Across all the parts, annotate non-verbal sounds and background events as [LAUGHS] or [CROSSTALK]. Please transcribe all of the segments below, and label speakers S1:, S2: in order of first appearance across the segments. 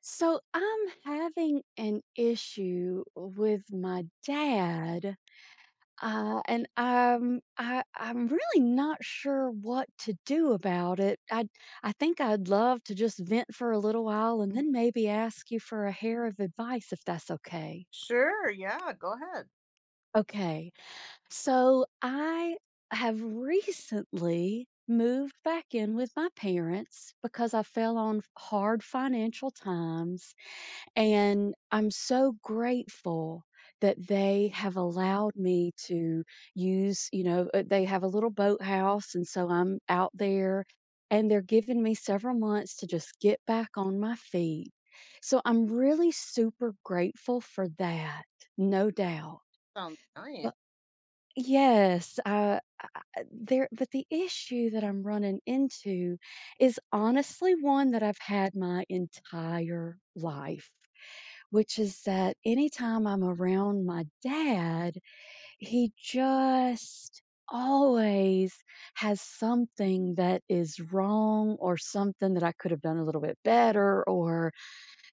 S1: So I'm having an issue with my dad, and I'm really not sure what to do about it. I think I'd love to just vent for a little while and
S2: Mm.
S1: then maybe ask you for a hair of advice if that's okay.
S2: Sure, yeah, go ahead.
S1: Okay, so I have recently moved back in with my parents because I fell on hard financial times. And I'm so grateful that they have allowed me to use, they have a little boathouse, and so I'm out there, and they're giving me several months to just get back on my feet. So I'm really super grateful for that, no doubt.
S2: Sounds nice.
S1: Yes, I there, but the issue that I'm running into is honestly one that I've had my entire life, which is that anytime I'm around my dad, he just always has something that is wrong or something that I could have done a little bit better, or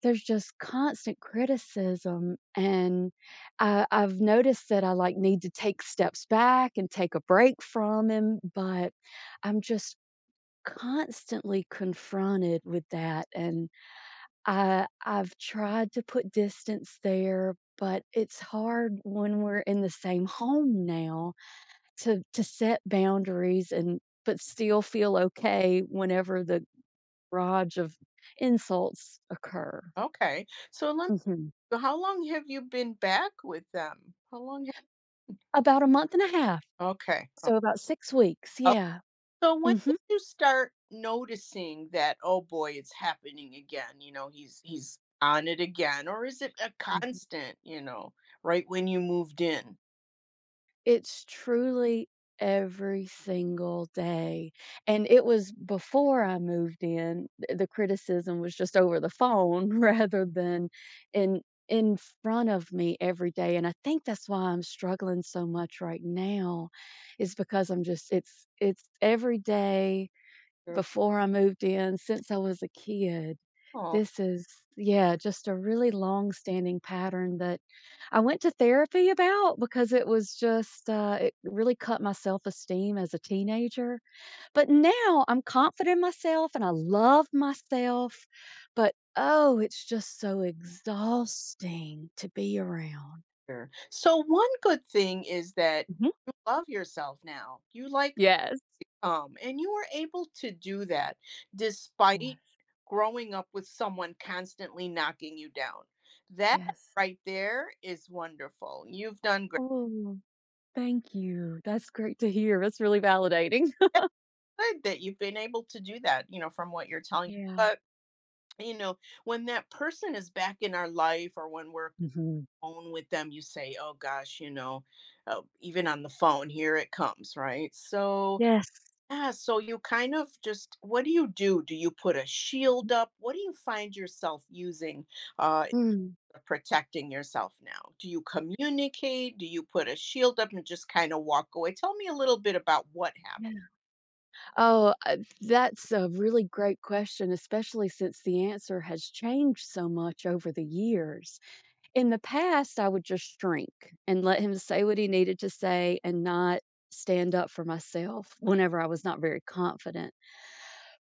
S1: there's just constant criticism. And I've noticed that I, like, need to take steps back and take a break from him, but I'm just constantly confronted with that. And I've tried to put distance there, but it's hard when we're in the same home now to set boundaries and but still feel okay whenever the barrage of insults occur.
S2: Okay. So let me
S1: Mhm.
S2: how long have you been back with them? How long
S1: About a month and a half,
S2: okay.
S1: so about 6 weeks,
S2: O-
S1: yeah.
S2: So when did
S1: Mhm.
S2: you start noticing that, oh boy, it's happening again? You know, he's on it again, or is it a
S1: Mhm.
S2: constant, you know, right when you moved in?
S1: It's truly every single day, and it was before I moved in. Th the criticism was just over the phone [LAUGHS] rather than in in front of me every day, and I think that's why I'm struggling so much right now is because I'm just it's every day.
S2: Sure.
S1: Before I moved in, since I was a kid.
S2: Oh,
S1: This is, yeah, just a really long-standing pattern that I went to therapy about because it was just, it really cut my self-esteem as a teenager, but now I'm confident in myself and I love myself, but, oh, it's just so exhausting to be around.
S2: sure. So one good thing is that
S1: Mhm.
S2: you love yourself now. You like
S1: Yes.
S2: And you were able to do that despite
S1: Yes,
S2: growing up with someone constantly knocking you down. That
S1: yes.
S2: right there is wonderful. You've done great.
S1: Oh, thank you. That's great to hear. That's really validating. [LAUGHS]
S2: That's good that you've been able to do that, you know, from what you're telling me.
S1: Yeah.
S2: But, you know, when that person is back in our life or when we're
S1: Mhm.
S2: alone with them, you say, oh gosh, you know, even on the phone, here it comes, right? So,
S1: Yes.
S2: yeah, so you kind of just what do you do? Do you put a shield up? What do you find yourself using uh
S1: Mm.
S2: protecting yourself now? Do you communicate? Do you put a shield up and just kind of walk away? Tell me a little bit about what happened.
S1: Yeah. Oh, that's a really great question, especially since the answer has changed so much over the years. In the past, I would just shrink and let him say what he needed to say and not stand up for myself whenever I was not very confident.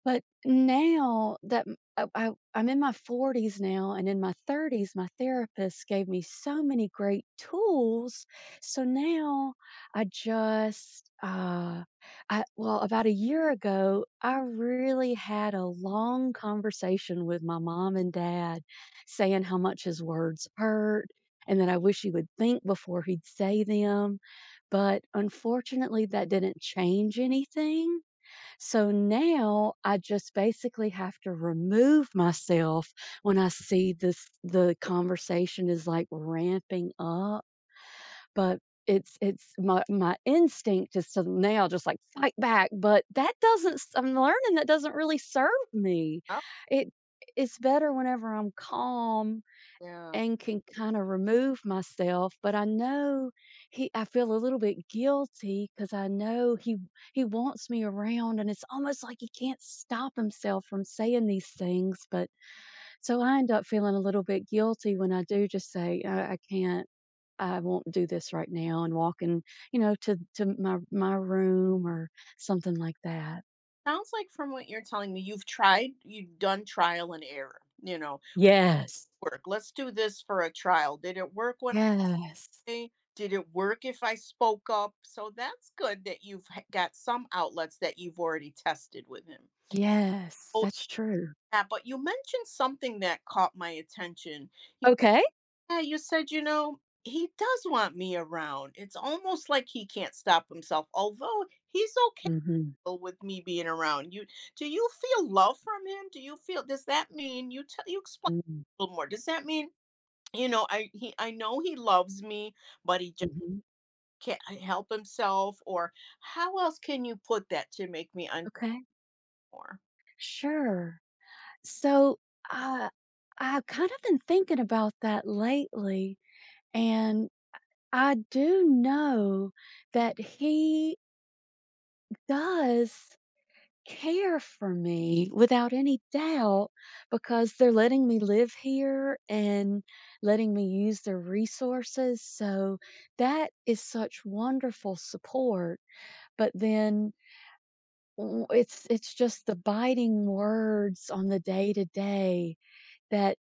S1: But now that I'm in my 40s now, and in my 30s, my therapist gave me so many great tools. So now I just, well, about a year ago, I really had a long conversation with my mom and dad saying how much his words hurt and that I wish he would think before he'd say them. But unfortunately, that didn't change anything. So now I just basically have to remove myself when I see this the conversation is like ramping up, but it's my instinct is to now just like fight back, but that doesn't s- I'm learning that doesn't really serve me.
S2: Oh,
S1: It it's better whenever I'm calm
S2: yeah.
S1: and can kinda remove myself, but I know he I feel a little bit guilty because I know he wants me around, and it's almost like he can't stop himself from saying these things, but so I end up feeling a little bit guilty when I do just say, "I can't. I won't do this right now," and walking, you know, to my room or something like that.
S2: Sounds like from what you're telling me, you've tried, you've done trial and error, you know,
S1: Yes.
S2: work. Let's do this for a trial. Did it work one
S1: Yes.
S2: day? Did it work if I spoke up? So that's good that you've got some outlets that you've already tested with him.
S1: Yes.
S2: Oh,
S1: That's true.
S2: yeah, but you mentioned something that caught my attention.
S1: Okay.
S2: Yeah, you said, you know, he does want me around. It's almost like he can't stop himself, although he's okay
S1: Mhm.
S2: with me being around. You do you feel love from him? Do you feel does that mean you explain
S1: Mhm.
S2: a little more? Does that mean, you know, I know he loves me, but he just
S1: Mhm.
S2: can't help himself? Or how else can you put that to make me understand
S1: Okay.
S2: more?
S1: Sure. So, uh, I've kind of been thinking about that lately, and I do know that he does care for me without any doubt because they're letting me live here and letting me use their resources. So that is such wonderful support. But then it's just the biting words on the day to day that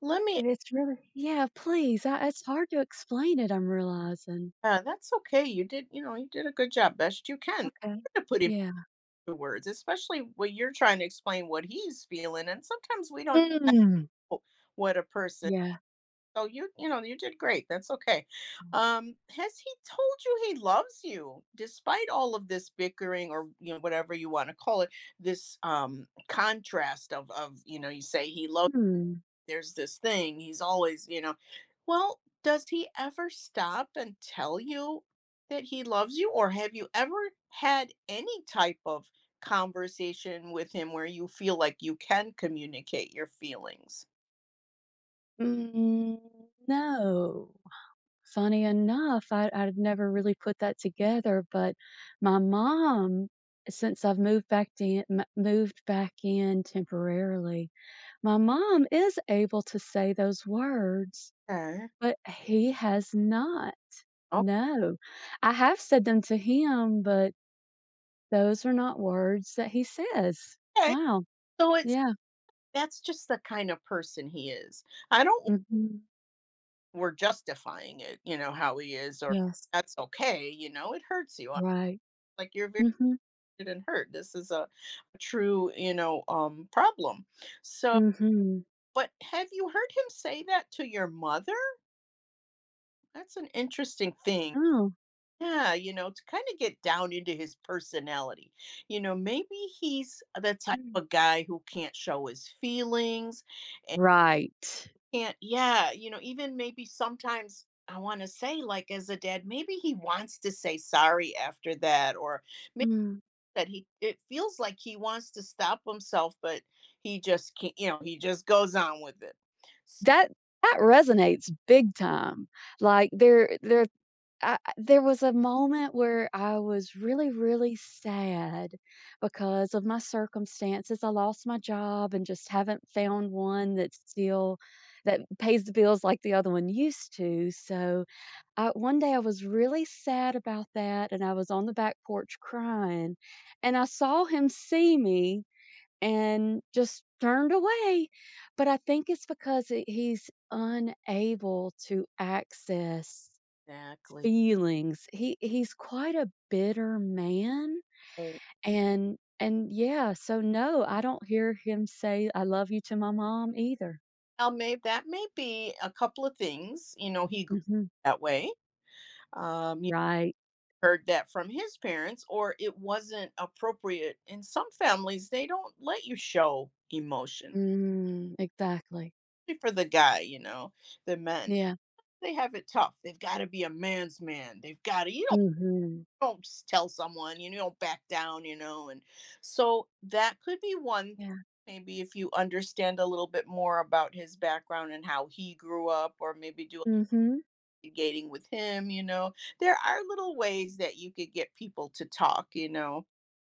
S2: Let me
S1: And it's really Yeah, please, I it's hard to explain it, I'm realizing.
S2: yeah, that's okay. You did, you know, you did a good job, best you can.
S1: Okay.
S2: Try to put him
S1: Yeah.
S2: into words, especially when you're trying to explain what he's feeling. And sometimes we don't
S1: Mm.
S2: know what a person.
S1: Yeah.
S2: So you know, you did great. That's okay. Has he told you he loves you despite all of this bickering, or, you know, whatever you want to call it, this contrast of you know, you say he loves,
S1: Hmm.
S2: there's this thing, he's always, you know, well, does he ever stop and tell you that he loves you, or have you ever had any type of conversation with him where you feel like you can communicate your feelings?
S1: Mm, no. Funny enough, I'd never really put that together, but my mom, since I've moved back in m moved back in temporarily, my mom is able to say those words,
S2: Okay.
S1: but he has not. No. I have said them to him, but those are not words that he says.
S2: Okay,
S1: Wow.
S2: so it's
S1: Yeah.
S2: that's just the kind of person he is. I don't
S1: Mhm.
S2: we're justifying it, you know, how he is. Or
S1: Yes.
S2: that's okay, you know, it hurts you. I
S1: Right.
S2: like you're very
S1: Mhm.
S2: and hurt. This is a true, you know, problem. So,
S1: Mhm.
S2: but have you heard him say that to your mother? That's an interesting thing.
S1: Oh.
S2: Yeah, you know, to kind of get down into his personality. You know, maybe he's the type
S1: Mm.
S2: of guy who can't show his feelings and
S1: Right.
S2: can't, yeah, you know, even maybe sometimes I want to say, like, as a dad, maybe he wants to say sorry after that, or
S1: Mm.
S2: that he it feels like he wants to stop himself, but he just can't, you know, he just goes on with it.
S1: That that resonates big time. Like, there I there was a moment where I was really, really sad because of my circumstances. I lost my job and just haven't found one that's still that pays the bills like the other one used to, so I one day I was really sad about that, and I was on the back porch crying, and I saw him see me and just turned away, but I think it's because he's unable to access
S2: Exactly.
S1: feelings. He's quite a bitter man,
S2: And
S1: and yeah, so no, I don't hear him say, "I love you" to my mom either.
S2: now maybe that may be a couple of things, you know, he grew
S1: Mhm.
S2: up that way. You
S1: Right.
S2: heard that from his parents, or it wasn't appropriate in some families, they don't let you show emotion,
S1: Mm, exactly.
S2: especially for the guy, you know, the men,
S1: Yeah.
S2: they have it tough, they've got to be a man's man, they've got to, you
S1: Mhm.
S2: don't s- tell someone, you don't back down, you know. And so that could be one.
S1: Yeah.
S2: Maybe if you understand a little bit more about his background and how he grew up, or maybe do
S1: Mhm.
S2: gating with him, you know, there are little ways that you could get people to talk, you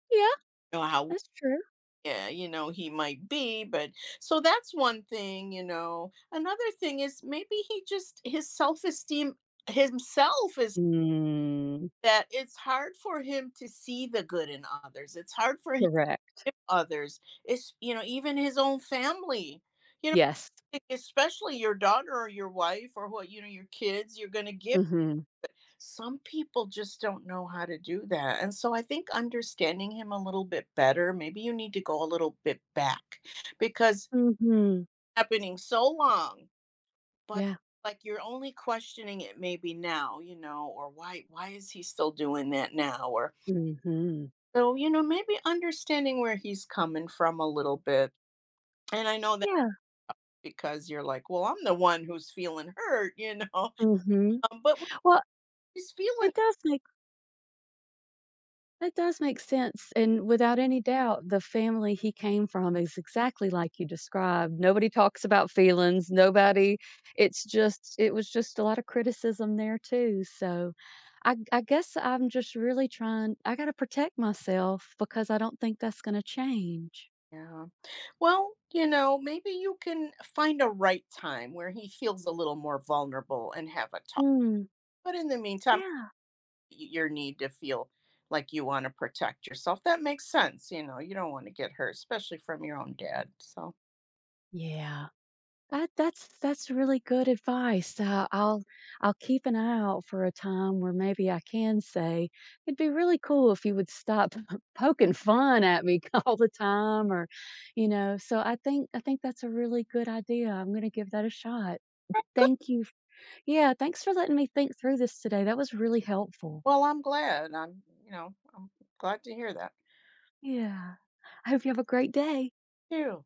S1: Yeah,
S2: know how,
S1: that's true.
S2: yeah, you know, he might be, but so that's one thing, you know. Another thing is maybe he just his self-esteem himself is
S1: Mm,
S2: that it's hard for him to see the good in others. It's hard for
S1: correct.
S2: give others, it's, you know, even his own family, you know,
S1: Yes.
S2: especially your daughter or your wife or what, you know, your kids, you're going to give.
S1: Mhm.
S2: Some people just don't know how to do that, and so I think understanding him a little bit better, maybe you need to go a little bit back, because it's
S1: Mhm.
S2: happening so long, but
S1: Yeah.
S2: like you're only questioning it maybe now, you know, or why is he still doing that now? Or
S1: Mhm.
S2: so, you know, maybe understanding where he's coming from a little bit. And I know that
S1: Yeah.
S2: because you're like, "Well, I'm the one who's feeling hurt," you know? [LAUGHS]
S1: Mhm.
S2: But when
S1: Well,
S2: he's feeling,
S1: it does make it does make sense, and without any doubt, the family he came from is exactly like you described. Nobody talks about feelings, nobody it's just it was just a lot of criticism there too, so I guess I'm just really trying I gotta protect myself because I don't think that's gonna change.
S2: yeah. Well, you know, maybe you can find a right time where he feels a little more vulnerable and have a talk.
S1: Mm.
S2: But in the meantime,
S1: Yeah.
S2: y your need to feel like you wanna protect yourself, that makes sense, you know? You don't wanna get hurt, especially from your own dad, so.
S1: Yeah. That's really good advice. I'll keep an eye out for a time where maybe I can say, it'd be really cool if you would stop [LAUGHS] poking fun at me [LAUGHS] all the time or you know. So I think that's a really good idea. I'm going to give that a shot.
S2: Well, good.
S1: Thank you. Yeah, thanks for letting me think through this today. That was really helpful.
S2: Well, I'm glad. I'm, you know, I'm glad to hear that.
S1: Yeah. I hope you have a great day.
S2: You.